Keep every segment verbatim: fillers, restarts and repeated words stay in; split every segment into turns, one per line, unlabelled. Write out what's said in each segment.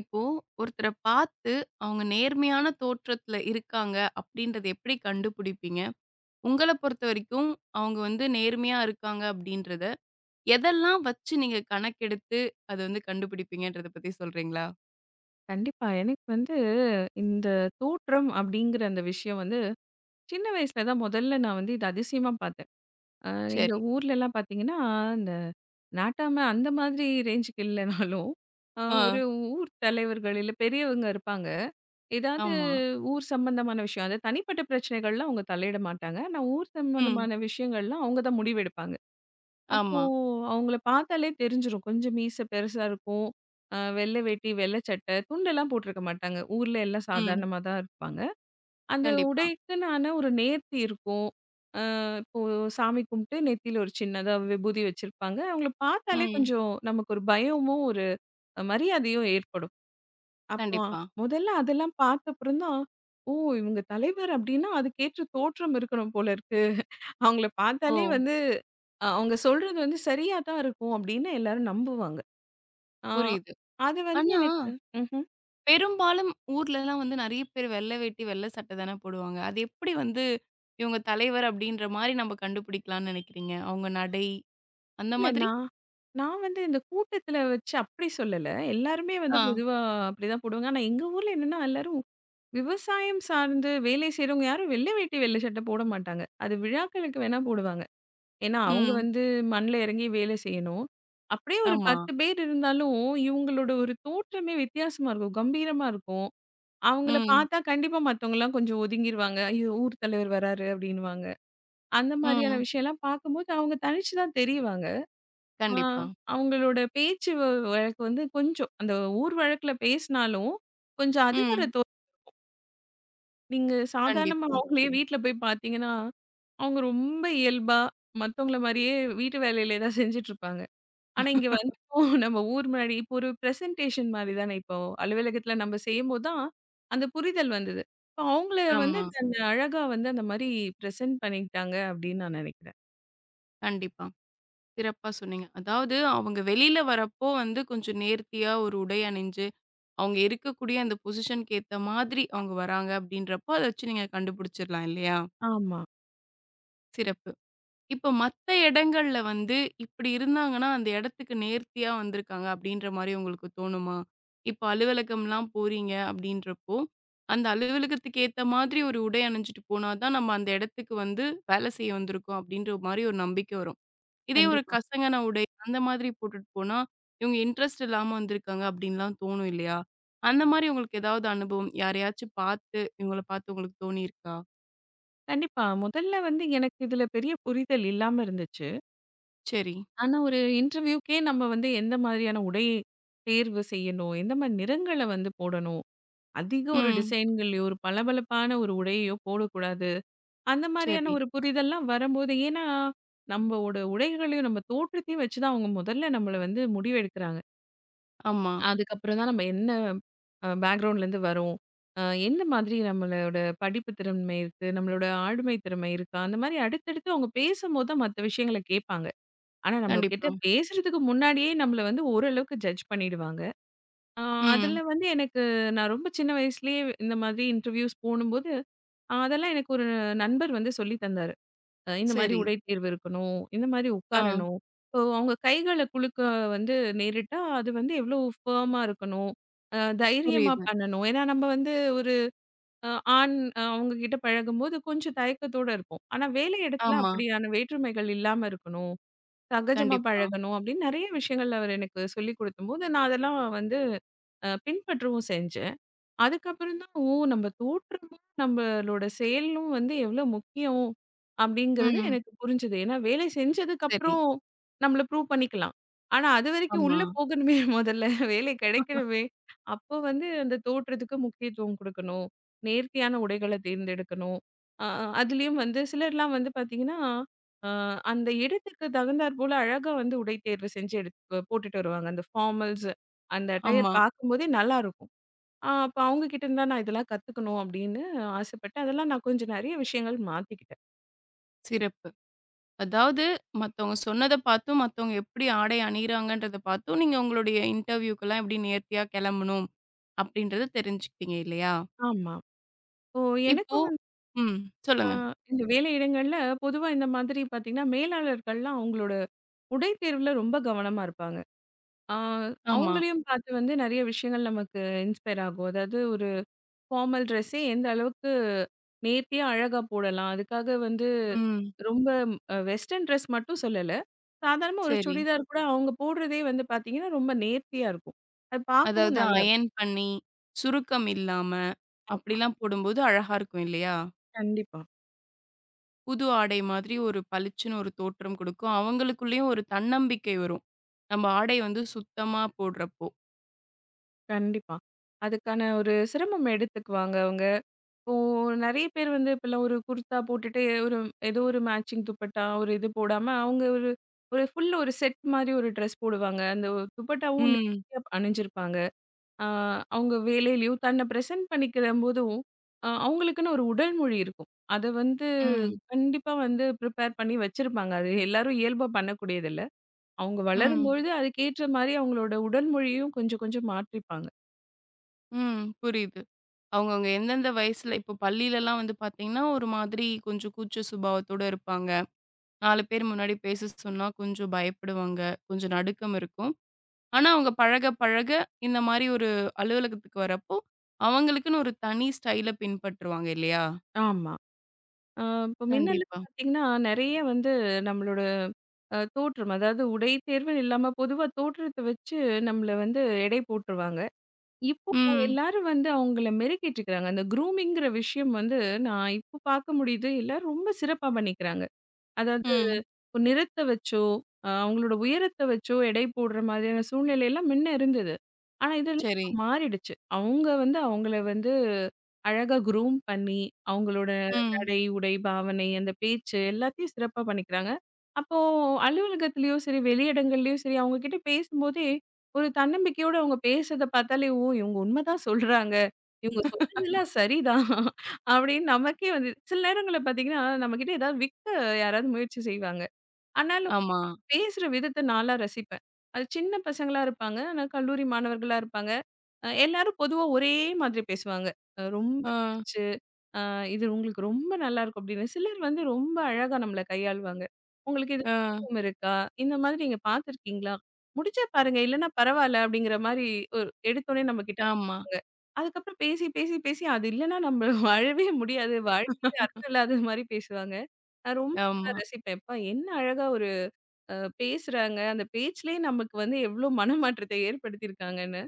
இப்போ ஒருத்தர பார்த்து அவங்க நேர்மையான தோற்றத்துல இருக்காங்க அப்படின்றத எப்படி கண்டுபிடிப்பீங்க? உங்கள பொறுத்தவரைக்கும் அவங்க வந்து நேர்மையா இருக்காங்க அப்படின்றத, எதெல்லாம் வச்சு நீங்க கணக்கெடுத்து அத வந்து கண்டுபிடிப்பீங்கன்றத பத்தி சொல்றீங்களா?
கண்டிப்பா. எனக்கு வந்து இந்த தோற்றம் அப்படிங்கிற அந்த விஷயம் வந்து, சின்ன வயசுல தான் முதல்ல நான் வந்து இது அதிசயமா பார்த்தேன். அ எங்க
சரி.
ஊர்லலாம் பார்த்தீங்கன்னா, இந்த நாட்டாம அந்த மாதிரி ரேஞ்சுக்கு இல்லனாலும், அ
ஆ.
ஒரு ஊர் தலைவர்கள் இல்ல பெரியவங்க இருப்பாங்க. ஏதாவது
ஆமா.
ஊர் சம்பந்தமான விஷயம். அது தனிப்பட்ட பிரச்சனைகள்லாம் அவங்க தலையிட மாட்டாங்க. ஆனா ஊர்
ம்.
சம்பந்தமான விஷயங்கள்லாம் அவங்க தான் முடிவெடுப்பாங்க. அப்போ
ஆமா.
அவங்கள பார்த்தாலே தெரிஞ்சிரும். கொஞ்சம் மீசை பெருசா இருக்கும். அ வெள்ளை வேட்டி, வெள்ளை சட்டை, துண்டெல்லாம் போட்டிருக்க மாட்டாங்க. ஊர்ல எல்லாம்
ம்.
சாதாரணமா தான் இருப்பாங்க. அந்த
கண்டிப்பா.
உடைக்குன்னான ஒரு நேர்த்தி இருக்கும். அ இப்போ சாமி கும்பிட்டு நெத்தியில ஒரு சின்னதா விபூதி வச்சிருப்பாங்க. அவங்கள பார்த்தாலே
ம்.
கொஞ்சம் நமக்கு ஒரு பயமும், ஒரு மரியாதையும் ஏற்படும். அப்போ
கண்டிப்பா.
முதல்ல அதெல்லாம் பார்த்தப்புறம் தான், "ஓ! இவங்க தலைவர் அப்டின்னா அதுக்கேற்ற தோற்றம் இருக்கணும் போல இருக்கு." அவங்கள
ஓ!
பார்த்தாலே வந்து அ அவங்க சொல்றது வந்து சரியா தான் இருக்கும் அப்படின்னு எல்லாரும் நம்புவாங்க. ஆ
புரியுது.
அது வந்து
ஆனா
எனக்கு ம்ஹ்ம்.
பெரும்பாலும் ஊர்லலாம் வந்து நெறைய பேர் வெள்ள வேட்டி, வெள்ள சட்டை தானே போடுவாங்க. அது எப்படி வந்து இவங்க தலைவர் அப்படின்ற மாரி நம்ம கண்டுபிடிக்கலாம்னு நெனைக்கிறீங்க? அவங்க நடை அந்த
இல்ல
மாதிரி?
நான் நான் வந்து இந்த கூட்டத்தில வச்சு அப்படி சொல்லல. எல்லாருமே வந்து
ஆ.
பொதுவா அப்படிதான் போடுவாங்க. ஆனா எங்க ஊர்ல என்னன்னா எல்லாரும் விவசாயம் சார்ந்து வேலை செய்றவங்க யாரும் வெள்ளை வேட்டி, வெள்ளை சட்டை போட மாட்டாங்க. அது விழாக்களுக்கு வேணா போடுவாங்க. ஏன்னா அவங்க
ம்.
வந்து மண்ல இறங்கி வேலை செய்யணும். அப்படியே ஒரு
ஆமா.
பத்து பேர் இருந்தாலும் இவங்களோட ஒரு தோற்றமே வித்தியாசமா இருக்கும். கம்பீரமா இருக்கும். அவங்கள
ம்.
பார்த்தா கண்டிப்பா மத்தவங்கலாம் கொஞ்சம் ஒதுங்கிருவாங்க. ஐயோ! ஊர் தலைவர் வராரு அப்டின்னுவாங்க. அந்த மாதிரியான
ம்.
விஷயம்லாம் பார்க்கும்போது அவங்க தனிச்சு தான் தெரிவாங்க. ஆ
கண்டிப்பா.
அவங்களோட பேச்சு வ வழக்கு வந்து கொஞ்சம் அந்த ஊர் வழக்குல பேசினாலும், கொஞ்சம் அதிகார
ம்.
தோ நீங்க சாதாரணமா
கண்டிப்பா.
அவங்களே வீட்ல போய் பார்த்தீங்கன்னா, அவங்க ரொம்ப இயல்பா மத்தவங்கள மாரியே வீட்டு வேலையில ஏதாவது செஞ்சுட்டு இருப்பாங்க. ஆனா, இங்க வந்து இப்போ நம்ம ஊர் முன்னாடி இப்போ ஒரு பிரசன்டேஷன் மாரி தானே இப்போ அலுவலகத்துல நம்ம செய்யும்போது தான், அந்த புரிதல் வந்தது. இப்போ அவங்கள வந்து
ஆமா.
தன்னை அழகா வந்து அந்த மாரி பிரசன்ட் பண்ணிக்கிட்டாங்க அப்படின்னு நான் நினைக்கிறேன்.
கண்டிப்பா. சிறப்பா சொன்னீங்க. அதாவது அவங்க வெளியில வரப்போ வந்து கொஞ்சம் நேர்த்தியா ஒரு உடை அணிஞ்சு, அவங்க இருக்கக்கூடிய அந்த பொசிஷனுக்கு ஏத்த மாதிரி அவங்க வராங்க அப்படின்றப்போ, அத வச்சு நீங்க கண்டுபிடிச்சிடலாம் இல்லையா?
ஆமா.
சிறப்பு. இப்ப மத்த இடங்கள்ல வந்து இப்படி இருந்தாங்கன்னா, அந்த இடத்துக்கு நேர்த்தியா வந்திருக்காங்க அப்படின்ற மாரி உங்களுக்கு தோணுமா? இப்ப அலுவலகம்லாம் போறீங்க அப்படின்றப்போ, அந்த அலுவலகத்துக்கு ஏத்த மாதிரி ஒரு உடை அணிஞ்சுட்டு போனா தான் நம்ம அந்த இடத்துக்கு வந்து வேலை செய்ய வந்திருக்கோம் அப்படின்ற மாரி ஒரு நம்பிக்கை வரும். இதே ஒரு
கண்டிப்பா.
கசங்கன உடை அந்த மாதிரி போட்டுட்டு போனா, இவங்க இன்ட்ரெஸ்ட் இல்லாம வந்திருக்காங்க அப்படின்லாம் தோணும் இல்லையா? அந்த மாரி உங்களுக்கு ஏதாவது அனுபவம் யாரையாச்சும் பார்த்து இவங்கள பார்த்து உங்களுக்கு தோணியிருக்கா?
கண்டிப்பா. முதல்ல வந்து எனக்கு இதுல பெரிய புரிதல் இல்லாம இருந்துச்சு.
சரி.
ஆனா, ஒரு இன்டர்வியூக்கே நம்ம வந்து எந்த மாதிரியான உடை தேர்வு செய்யணும், எந்த மாரி நிறங்கள வந்து போடணும், அதிக ஒரு
ம்.
டிசைன்களையோ, ஒரு பளபளப்பான ஒரு உடையையோ போடக்கூடாது. அந்த மாரியான
சரி.
ஒரு புரிதல்லாம் வரும்போது ஏன்னா, நம்மோட உடைகளையும், நம்ம தோற்றத்தையும் வச்சு தான் அவங்க முதல்ல நம்மள வந்து முடிவெடுக்கிறாங்க.
ஆமா.
அதுக்கப்புறம் தான் நம்ம என்ன அ பேக்ரவுண்ட்லேருந்து வரோம். அ எந்த மாதிரி நம்மளோட படிப்பு திறமை இருக்கு, நம்மளோட ஆளுமை திறமை இருக்கா, அந்த மாரி அடுத்தடுத்து அவங்க பேசும்போது தான் மத்த விஷயங்கள கேட்பாங்க. ஆனா, நம்மகிட்ட
கண்டிப்பா.
பேசுறதுக்கு முன்னாடியே நம்மள வந்து ஓரளவுக்கு ஜட்ஜ் பண்ணிடுவாங்க. அ
ம்.
அதில வந்து எனக்கு நான் ரொம்ப சின்ன வயசுலயே இந்த மாதிரி இன்டர்வியூஸ் போணும்போது, அதெல்லாம் எனக்கு ஒரு நண்பர் வந்து சொல்லி தந்தாரு. அ இந்த மாரி
சரி.
உடை தேர்வு இருக்கணும். இந்த மாரி
ஆ.
உட்காரணும். இப்போ அவங்க கைகள குலுக்க வந்து நேரிட்டா, அது வந்து எவ்வளோ ஃபர்மா இருக்கணும். அ தைரியமா
புரியுது.
பண்ணணும். ஏன்னா நம்ம வந்து ஒரு அ ஆண் அ அவங்க கிட்ட பழகும்போது கொஞ்சம் தயக்கத்தோட இருப்போம். ஆனா வேலை இடத்துல
ஆமா.
அப்படியான வேற்றுமைகள் இல்லாம இருக்கணும். சகஜமா
கண்டிப்பா.
பழகணும் அப்படின்னு நெறைய விஷயங்கள் அவர் எனக்கு சொல்லிக் குடுக்கும்போது, நான் அதெல்லாம் வந்து அ பின்பற்றவும் செஞ்சேன். அதுக்கப்புறம் தான், ஓ! நம்ம தோற்றமும், நம்மளோட செயலும் வந்து எவ்ளோ முக்கியம் அப்படிங்கிறது
ம்.
எனக்கு புரிஞ்சது. ஏன்னா, வேலை
சரி.
செஞ்சதுக்கப்புறம் நம்மள ப்ரூவ் பண்ணிக்கலாம். ஆனா, அதுவரைக்கும்
ஆமா.
உள்ள போகணுமே முதல்ல வேலை கிடைக்கணுமே! அப்போ வந்து அந்த தோற்றத்துக்கு முக்கியத்துவம் குடுக்கணும். நேர்த்தியான உடைகள தேர்ந்தெடுக்கணும். அ அதுலயும் வந்து சிலர்லாம் வந்து பார்த்தீங்கன்னா, அ அந்த இடத்துக்கு தகுந்தாற் போல அழகா வந்து உடை தேர்வு செஞ்சு எடுத் போட்டுட்டு வருவாங்க. அந்த ஃபார்மல்ஸ் அந்த அட்டையர்
ஆமா.
பார்க்கும்போதே நல்லாருக்கும். அ அப்ப அவங்க கிட்ட இருந்தா நான் இதெல்லாம் கத்துக்கணும் அப்படின்னு ஆசைப்பட்டேன். அதெல்லாம் நான் கொஞ்சம் நெறைய விஷயங்கள் மாத்திக்கிட்டேன்.
சிறப்பு. அதாவது மத்தவங்க சொன்னத பார்த்தும், மத்தவங்க எப்படி ஆடை அணியிறாங்கன்றத பார்த்தும், நீங்க உங்களுடைய இன்டர்வியூக்கெல்லாம் எப்படி நேர்த்தியா கெளம்பணும் அப்படின்றத தெரிஞ்சுக்கிட்டீங்க இல்லையா?
ஆமா. இப்போ
இப்போ
எனக்கும் வந்து
ம்.
அ
சொல்லுங்க.
இந்த வேலை இடங்கள்ல பொதுவா இந்த மாதிரி பார்த்தீங்கன்னா, மேலாளர்கள்லாம் அவங்களோட உடை தேர்வுல ரொம்ப கவனமா இருப்பாங்க. அ
ஆமா.
அவங்களையும் பார்த்து வந்து நெறைய விஷயங்கள் நமக்கு இன்ஸ்பயர் ஆகும். அதாவது ஒரு ஃபார்மல் ட்ரெஸ்ஸே எந்த அளவுக்கு நேர்த்தியா அழகா போடலாம். அதுக்காக வந்து
ம்.
ரொம்ப அ வெஸ்டர்ன் ட்ரெஸ் மட்டும் சொல்லல. சாதாரணமா ஒரு
சரி.
சுடிதார் கூட அவங்க போடுறதே வந்து பார்த்தீங்கன்னா, ரொம்ப நேர்த்தியா இருக்கும். அது பார்க்கவும்
அதாவது
நல்லா இருக்கும்.
அயர்ன் பண்ணி, சுருக்கம் இல்லாம
ஆமா.
அப்படிலாம் போடும்போது அழகா இருக்கும் இல்லையா?
கண்டிப்பா,
புது ஆடை மாதிரி ஒரு பளிச்சுன்னு ஒரு தோற்றம் கொடுக்கும். அவங்களுக்குள்ளேயும் ஒரு தன்னம்பிக்கை வரும். நம்ம ஆடை வந்து சுத்தமா போடுறப்போ.
கண்டிப்பா. அதுக்கான ஒரு சிரமம் எடுத்துக்குவாங்க அவங்க. இப்போ நெறைய பேர் வந்து இப்பலாம் ஒரு குர்தா போட்டுட்டு ஒரு ஏதோ ஒரு மேட்சிங் துப்பட்டா, ஒரு இது போடாம அவங்க ஒரு ஒரு ஃபுல் ஒரு செட் மாரி ஒரு ட்ரெஸ் போடுவாங்க. அந்த ஒரு துப்பட்டாவும்
ம்.
நேர்த்தியா அணிஞ்சிருப்பாங்க. ஆ, அவங்க வேலையிலயும் தன்னை பிரசன்ட் பண்ணிக்கிறம்போதும், அ அவங்களுக்குன்னு ஒரு உடல் மொழி இருக்கும். அத வந்து
ம்.
கண்டிப்பா வந்து ப்ரிப்பேர் பண்ணி வச்சிருப்பாங்க. அது எல்லாரும் இயல்பா பண்ணக்கூடியதில்ல. அவங்க
ம்.
வளரும்பொழுது அதுக்கேற்ற மாரி அவங்களோட உடல் மொழியும் கொஞ்சம் கொஞ்சம் மாற்றிப்பாங்க.
ம். புரியுது. அவங்கவங்க எந்தெந்த வயசுல இப்போ பள்ளியிலலாம் வந்து பார்த்தீங்கன்னா, ஒரு மாதிரி கொஞ்சம் கூச்ச சுபாவத்தோட இருப்பாங்க. நாலு பேர் முன்னாடி பேச சொன்னா கொஞ்சம் பயப்படுவாங்க. கொஞ்சம் நடுக்கம் இருக்கும். ஆனா அவங்க பழக பழக இந்த மாரி ஒரு அலுவலகத்துக்கு வரப்போ, அவங்களுக்குன்னு ஒரு தனி ஸ்டைல பின்பற்றுவாங்க இல்லையா?
ஆமா. ஆ இப்போ முன்னெல்லாம்
கண்டிப்பா.
பார்த்தீங்கன்னா, நெறைய வந்து நம்மளோட அ தோற்றம், அதாவது உடை தேர்வுன்னு இல்லாம பொதுவா தோற்றத்த வச்சு நம்மள வந்து எடை போட்டுருவாங்க. இப்போ
ம்.
எல்லாரும் வந்து அவங்கள மெருகேற்றிக்கிறாங்க. இருக்கிறாங்க. அந்த க்ரூமிங்கிற விஷயம் வந்து நான் இப்போ பார்க்க முடியுது. எல்லாரும் ரொம்ப சிறப்பா பண்ணிக்கிறாங்க. அதாவது
ம்.
நிறத்த வச்சோ, அ அவங்களோட உயரத்த வச்சோ எடை போடுற மாதிரியான சூழ்நிலைலாம் முன்ன இருந்தது. ஆனா இதெல்லாம் இப்ப
சரி.
மாறிடுச்சு. அவங்க வந்து அவங்கள வந்து அழகா குரூம் பண்ணி, அவங்களோட
ம்.
நடை, உடை, பாவனை, அந்த பேச்சு எல்லாத்தையும் சிறப்பா பண்ணிக்கிறாங்க. அப்போ அலுவலகத்திலயோ சரி, வெளியிடங்கள்லயோ சரி, அவங்க கிட்ட பேசும்போதே ஒரு தன்னம்பிக்கையோட அவங்க பேசுறத பார்த்தாலே, ஓ! இவங்க உண்மதான் சொல்றாங்க. இவங்க சொல்றதெல்லாம் சரிதான். அப்படின்னு நமக்கே வந்து சில நேரங்கள்ல பார்த்தீங்கன்னா, நம்மகிட்ட ஏதாவது விக்க யாராவது முயற்சி செய்வாங்க. ஆனாலும்
ஆமா.
பேசுற விதத்த நான்லாம் ரசிப்பேன். அது சின்ன பசங்களா இருப்பாங்க. ஆனா கல்லூரி மாணவர்களா இருப்பாங்க. அ எல்லாரும் பொதுவா ஒரே மாதிரி பேசுவாங்க. அ ரொம்ப
ஆ,
சிரிச்சு, அ "இது உங்களுக்கு ரொம்ப நல்லாயிருக்கும்" அப்படின்னு சிலர் வந்து ரொம்ப அழகா நம்மள கையாளுவாங்க. "உங்களுக்கு இது
ஆ,
அனுபவம் இருக்கா? இந்த மாதிரி நீங்க பார்த்துருக்கீங்களா? முடிச்சா பாருங்க, இல்லன்னா பரவால்ல" அப்படிங்கிற மாரி ஒரு எடுத்தோனே நம்ம கிட்ட
ஆமா,
அனுப்புவாங்க. அதுக்கப்புறம் பேசி, பேசி, பேசி அது இல்லன்னா நம்ம வாழவே முடியாது. வாழ்க்கையே அர்த்தம் இல்லாத மாரி பேசுவாங்க. நான் ரொம்ப
ஆமா.
இதெல்லாம் ரசிப்பேன். "எப்பா என்ன அழகா ஒரு அ பேசுறாங்க. அந்த பேச்சிலேயே நமக்கு வந்து எவ்ளோ மனமாற்றத்தை ஏற்படுத்தியிருக்காங்கன்னு.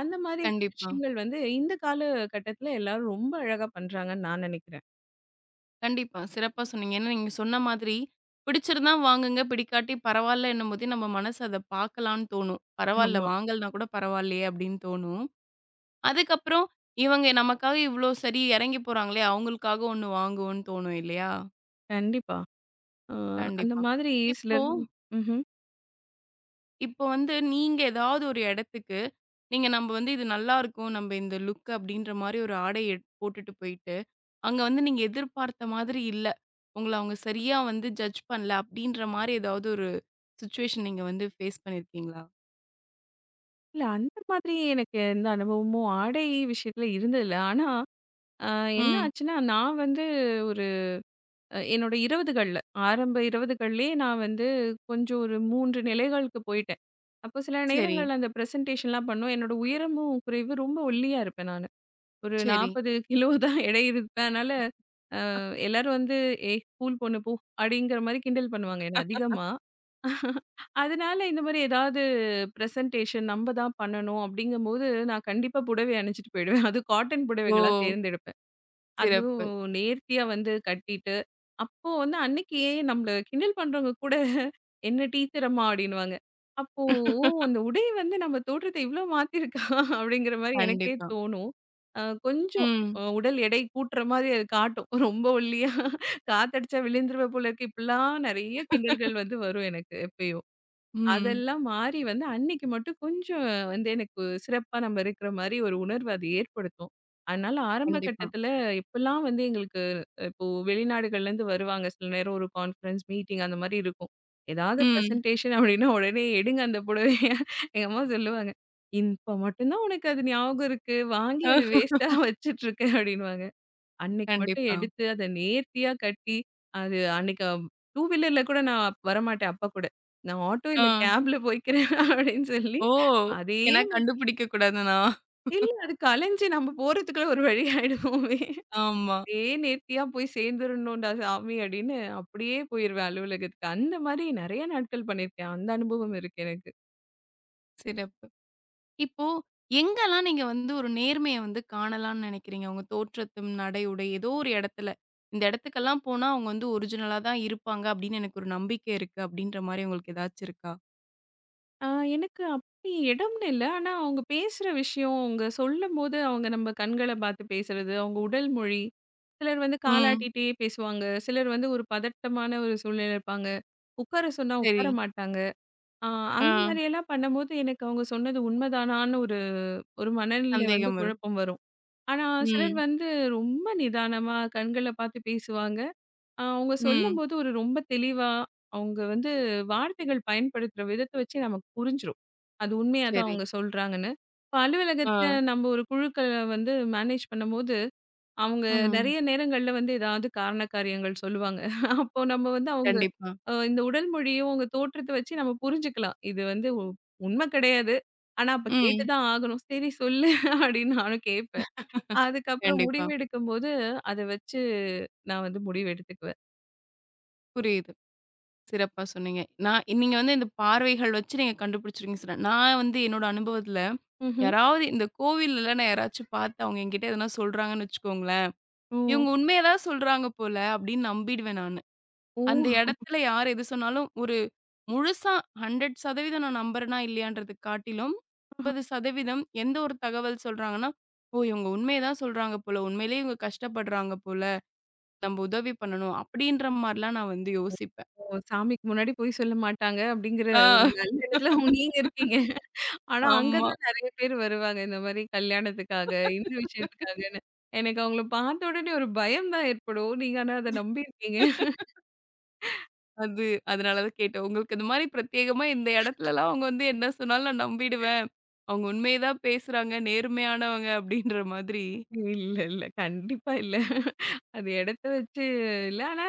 அந்த மாரி
கண்டிப்பா,
விஷயங்கள் வந்து இந்த கால கட்டத்துல எல்லாரும் ரொம்ப அழகா பண்றாங்கன்னு நான் நெனைக்கிறேன்.
கண்டிப்பா. சிறப்பா சொன்னீங்க. ஏன்னா, நீங்க சொன்ன மாதிரி பிடிச்சிருந்தா வாங்குங்க, பிடிக்காட்டி பரவாயில்ல என்னும்போதே நம்ம மனசு அத பார்க்கலான்னு தோணும். பரவால்ல
ஆமா.
வாங்கலனா கூட பரவாயில்லையே அப்படின்னு தோணும். அதுக்கப்புறம் இவங்க நமக்காக இவ்ளோ சரி இறங்கி போறாங்களே, அவங்களுக்காக ஒண்ணு வாங்குவோம்ன்னு தோணும் இல்லையா?
கண்டிப்பா. அ அந்த
கண்டிப்பா.
மாதிரி
இப்போ
சிலர் ம்ஹ்ம்.
இப்போ வந்து நீங்க ஏதாவது ஒரு இடத்துக்கு, நீங்க நம்ப வந்து இது நல்லாருக்கும், நம்ப இந்த லுக் அப்படின்ற மாரி ஒரு ஆடை எடு போட்டுட்டு போயிட்டு அங்க வந்து நீங்க எதிர்பார்த்த மாதிரி இல்ல. உங்கள அவங்க சரியா வந்து ஜட்ஜ் பண்ணல அப்டின்ற மாரி ஏதாவது ஒரு சிச்சுவேஷன் நீங்க வந்து ஃபேஸ் பண்ணியிருக்கீங்களா?
இல்ல அந்த மாதிரி எனக்கு எந்த அனுபவமும் ஆடை விஷயத்துல இருந்ததில்ல. ஆனா, அ என்ன
ம்.
ஆச்சுன்னா, நான் வந்து ஒரு அ என்னோட இருபதுகள்ல ஆரம்ப இருபதுகள்லயே நான் வந்து கொஞ்சம் ஒரு மூன்று நிலைகளுக்கு போயிட்டேன். அப்போ சில
சரி,
நேரங்கள்ல அந்த பிரசன்டேஷன்லாம் பண்ணும். என்னோட உயரமும் குறைவு. ரொம்ப ஒல்லியா இருப்பேன் நானு. ஒரு
சரி.
நாற்பது கிலோ தான் எடை இருப்பேன். அதனால அ எல்லாரும் வந்து "ஏய் ஸ்கூல் பொண்ணு போ" அப்படிங்கிற மாரி கிண்டல் பண்ணுவாங்க என்ன அதிகமா. அதனால இந்த மாரி ஏதாவது பிரசன்டேஷன் நம்ம தான் பண்ணணும் அப்படிங்கும்போது, நான் கண்டிப்பா புடவை அணிஞ்சுட்டு போயிடுவேன். அதுவும் காட்டன்
ஓ!
புடவைகளா தேர்ந்தெடுப்பேன்.
சிறப்பு.
அதுவும் நேர்த்தியா வந்து கட்டிட்டு, அப்போ வந்து அன்னைக்கு ஏன் நம்மள கிண்டல் பண்றவங்க கூட "என்ன டீச்சர் அம்மா" அப்படின்னுவாங்க. அப்போ "ஓ! அந்த உடை வந்து நம்ம தோற்றத்த இவ்ளோ மாத்தியிருக்கா" அப்படிங்கிற மாரி எனக்கே
கண்டிப்பா.
தோணும். அ கொஞ்சம்
ம்.
அ உடல் எடை கூட்டுற மாரி அது காட்டும். ரொம்ப ஒல்லியா காத்தடிச்சா விழுந்துருவ போல இருக்கு. இப்படிலாம் நெறைய கிண்டல்கள் வந்து வரும் எனக்கு எப்பயும்.
ம்.
அதெல்லாம் மாறி வந்து அன்னைக்கு மட்டும் கொஞ்சம் வந்து எனக்கு சிறப்பா நம்ம இருக்கிற மாரி ஒரு உணர்வு அது ஏற்படுத்தும். அதனால ஆரம்ப
கண்டிப்பா.
கட்டத்துல இப்பல்லாம் வந்து எங்களுக்கு அஹ், இப்போ வெளிநாடுகள்லேருந்து வருவாங்க. சில நேரம் ஒரு கான்ஃபரன்ஸ், மீட்டிங் அந்த மாரி இருக்கும். ஏதாவது
ம்.
பிரசன்டேஷன் அப்டின்னா உடனே எடுங்க அந்த புடவைய. எங்க அம்மா சொல்லுவாங்க. "இப்ப மட்டும் தான் உனக்கு அது ஞாபகம் இருக்கு. வாங்கி அத வேஸ்ட்டா வச்சுட்டு இருக்க" அப்டின்னுவாங்க. அன்னைக்கு மட்டும்
கண்டிப்பா.
எடுத்து அத நேர்த்தியா கட்டி, அது அன்னைக்கு டூ வீலர்ல கூட நான் வரமாட்டேன் அப்பா கூட. நான் ஆட்டோ
ஆ.
இல்ல கேப்ல போய்க்கிறேன் அப்படின்னு சொல்லி,
ஓ!
அதே
ஏன்னா
மு-
கண்டுபிடிக்க கூடாதுன்னா.
இல்ல அது கலைஞ்சு நம்ம போறதுக்குள்ள ஒரு வழி ஆயிடுவோமே.
ஆமா.
அதே நேர்த்தியா போய் சேர்ந்துரணும்டா சாமி அப்படின்னு அப்படியே போயிருவேன் அலுவலகத்துக்கு. அந்த மாரி நெறைய நாட்கள் பண்ணியிருக்கேன். அந்த அனுபவம் இருக்கு எனக்கு.
சிறப்பு. இப்போ எங்கலாம் நீங்க வந்து ஒரு நேர்மைய வந்து காணலாம்னு நினைக்கிறீங்க? உங்க தோற்றத்தும், நடை, உடை ஏதோ ஒரு இடத்துல. இந்த இடத்துக்கெல்லாம் போனா அவங்க வந்து ஒரிஜினலா தான் இருப்பாங்க அப்படின்னு எனக்கு ஒரு நம்பிக்கை இருக்கு. அப்படின்ற மாரி உங்களுக்கு ஏதாச்சும் இருக்கா?
ஆ எனக்கு அப்படி இடம்னு இல்ல. ஆனா, அவங்க பேசுற விஷயம், அவங்க சொல்லும்போது அவங்க நம்ம கண்கள பார்த்து பேசுறது, அவங்க உடல் மொழி. சிலர் வந்து
ம்.
காலாட்டிட்டே பேசுவாங்க. சிலர் வந்து ஒரு பதட்டமான ஒரு சூழ்நிலையில இருப்பாங்க. உட்கார சொன்னா
சரி.
உட்கார மாட்டாங்க. ஆ
ஆ.
அந்த மாரியெல்லாம் பண்ணும்போது எனக்கு அவங்க சொன்னது உண்மைதானான்னு ஒரு ஒரு மனநிலை வந்து
சந்தேகம் வரும்.
குழப்பம் வரும். ஆனா, சிலர்
ம்.
வந்து ரொம்ப நிதானமா கண்கள பார்த்து பேசுவாங்க. அ அவங்க
ம்.
சொல்லும்போது ஒரு ரொம்ப தெளிவா, அவங்க வந்து வார்த்தைகள் பயன்படுத்துற விதத்த வச்சு நமக்கு புரிஞ்சிரும். அது உண்மையா தான்
சரி.
அவங்க சொல்றாங்கன்னு. இப்ப
ஆ.
அலுவலகத்துல நம்ம ஒரு குழுக்கள வந்து மேனேஜ் பண்ணும்போது, அவங்க
ம்.
நெறைய நேரங்கள்ல வந்து ஏதாவது காரண காரியங்கள் சொல்லுவாங்க. அப்போ நம்ம வந்து அவங்க
கண்டிப்பா.
அ இந்த உடல் மொழியும், அவங்க தோற்றத்த வச்சு நம்ம புரிஞ்சுக்கலாம். இது வந்து உ உண்ம கிடையாது. ஆனா அப்ப கேட்டு
ம்.
தான் ஆகணும். "சரி சொல்லு" அப்படின்னு நானும் கேட்பேன். அதுக்கப்புறம்
கண்டிப்பா.
முடிவெடுக்கும்போது, அத வச்சு நான் வந்து முடிவு எடுத்துக்குவேன்.
புரியுது. சிறப்பா சொன்னீங்க. நான் நீங்க வந்து இந்த பார்வைகள் வச்சு நீங்க கண்டுபிடிச்சிருக்கீங்க சொன்ன. நான் வந்து என்னோட அனுபவத்துல
ம்ஹ்ம்.
யாராவது இந்த கோவில்லலாம் நான் யாராச்சும் பார்த்து அவங்க என்கிட்ட எதனா சொல்றாங்கன்னு வச்சுக்கோங்களேன்
ஓ!
இவங்க உண்மைய தான் சொல்றாங்க போல அப்படின்னு நம்பிடுவேன் நானு.
ஓ!
அந்த இடத்துல யார் எது சொன்னாலும் ஒரு முழுசா நூறு சதவீதம் நான் நம்புறேனா இல்லையான்றத காட்டிலும் ஐம்பது சதவீதம் எந்த ஒரு தகவல் சொல்றாங்கன்னா, ஓ! இவங்க உண்மைய தான் சொல்றாங்க போல. உண்மையிலேயே இவங்க கஷ்டப்படுறாங்க போல. நம்ம உதவி பண்ணணும் அப்படின்ற மாரிலாம் நான் வந்து யோசிப்பேன்.
ஓ! சாமிக்கு முன்னாடி பொய் சொல்ல மாட்டாங்க அப்படிங்கிற ஒரு
ஆ
நல்ல எண்ணத்துல நீங்க இருக்கீங்க. ஆனா அங்க
ஆமா.
தான் நெறைய பேர் வருவாங்க. இந்த மாரி கல்யாணத்துக்காக, இந்த விஷயத்துக்காகன்னு. எனக்கு அவங்கள பார்த்த உடனே ஒரு பயம் தான் ஏற்படும். நீங்க ஆனா அத நம்பியிருக்கீங்க.
அது அதனால தான் கேட்டேன். உங்களுக்கு இந்த மாரி பிரத்யேகமா இந்த இடத்துலலாம் அவங்க வந்து என்ன சொன்னாலும் நான் நம்பிடுவேன். அவங்க உண்மைய தான் பேசுறாங்க, நேர்மையானவங்க அப்படின்ற மாதிரி.
இல்ல, இல்ல. கண்டிப்பா இல்ல. அது இடத்த வச்சு இல்ல. ஆனா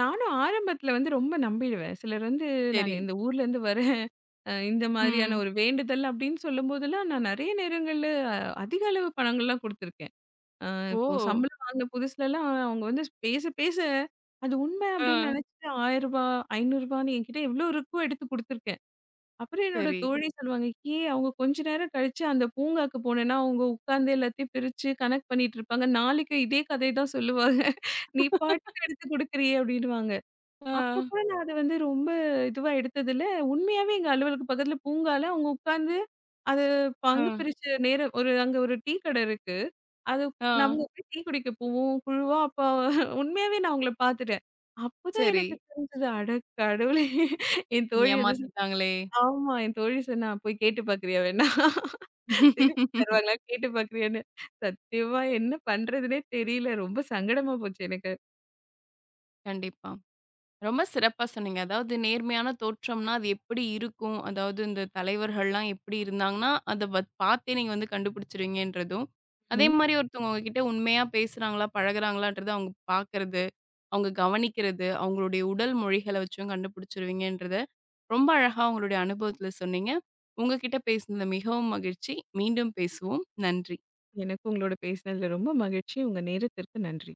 நானும் ஆரம்பத்துல வந்து ரொம்ப நம்பிடுவேன். சிலர் வந்து நாங்க
சரி.
இந்த ஊர்லேருந்து வரேன். அ இந்த மாதிரியான
ம்.
ஒரு வேண்டுதல் அப்படின்னு சொல்லும்போதெல்லாம் நான் நெறைய நேரங்கள்ல அதிக அளவு பணங்கள்லாம் குடுத்துருக்கேன். அ
ஓ!
இப்போ சம்பளம் வாங்கின புதுசுலலாம் அவங்க வந்து பேச, பேச அது உண்மை
ஆ.
அப்படின்னு நினைச்சுட்டு ரூ. ஆயிரம் ரூ. ஐநூறுன்னு என்கிட்ட எவ்வளோ இருக்கோ எடுத்து குடுத்துருக்கேன். அப்புறம் என்னோட
சரி.
தோழி சொல்லுவாங்க, "ஏன் அவங்க கொஞ்ச நேரம் கழிச்சு அந்த பூங்காக்கு போனேன்னா, அவங்க உட்கார்ந்து எல்லாத்தையும் பிரிச்சு கனெக்ட் பண்ணிட்டு இருப்பாங்க. நாளைக்கு இதே கதை தான் சொல்லுவாங்க. நீ பாட்டுக்கு எடுத்து குடுக்குறியே" அப்படின்னுவாங்க.
ஆ,
அப்போ கூட நான் அத வந்து ரொம்ப இதுவா எடுத்ததில்ல. உண்மையாவே எங்க அலுவலக பக்கத்துல பூங்கால அவங்க உட்கார்ந்து அது
ஆ,
பங்கு பிரிச்ச நேரம் ஒரு அங்க ஒரு டீ கடை இருக்கு. அது
ஆ.
நம்ம போய் டீ குடிக்க போவோம். குழுவா அப்ப உண்மையாவே நான் அவங்கள பார்த்துட்டேன். அப்பதான்
சரி.
எனக்கு தெரிஞ்சது, அட கடவுளே! என் தோழி வந்து சொ
ஏமாத்திட்டாங்களே!
ஆமா. என் தோழி சொன்னா, "போய் கேட்டு பார்க்குறியா வேணா? திருப்பி தருவாங்களா கேட்டு பார்க்குறியான்னு?" சத்தியமா என்ன பண்றதுன்னே தெரியல. ரொம்ப சங்கடமா போச்சு எனக்கு.
கண்டிப்பா. ரொம்ப சிறப்பா சொன்னீங்க. அதாவது நேர்மையான தோற்றம்னா, அது எப்படி இருக்கும்? அதாவது இந்த தலைவர்கள்லாம் எப்படி இருந்தாங்கன்னா, அத வத் பார்த்தே நீங்க வந்து கண்டுபிடிச்சுருவீங்கன்றதும், அதே
ம்.
மாரி ஒருத்தவங்க உங்ககிட்ட உண்மையா பேசுறாங்களா, பழகுறாங்களான்றத அவங்க பார்க்கறது, அவங்க கவனிக்கிறது, அவங்களுடைய உடல் மொழிகள வச்சும் கண்டுபிடிச்சுருவீங்கன்றத, ரொம்ப அழகா உங்களுடைய அனுபவத்தில சொன்னீங்க. உங்க கிட்ட பேசினது மிகவும் மகிழ்ச்சி. மீண்டும் பேசுவோம். நன்றி.
எனக்கு உங்களோட பேசினதுல ரொம்ப மகிழ்ச்சி. உங்க நேரத்திற்கு நன்றி.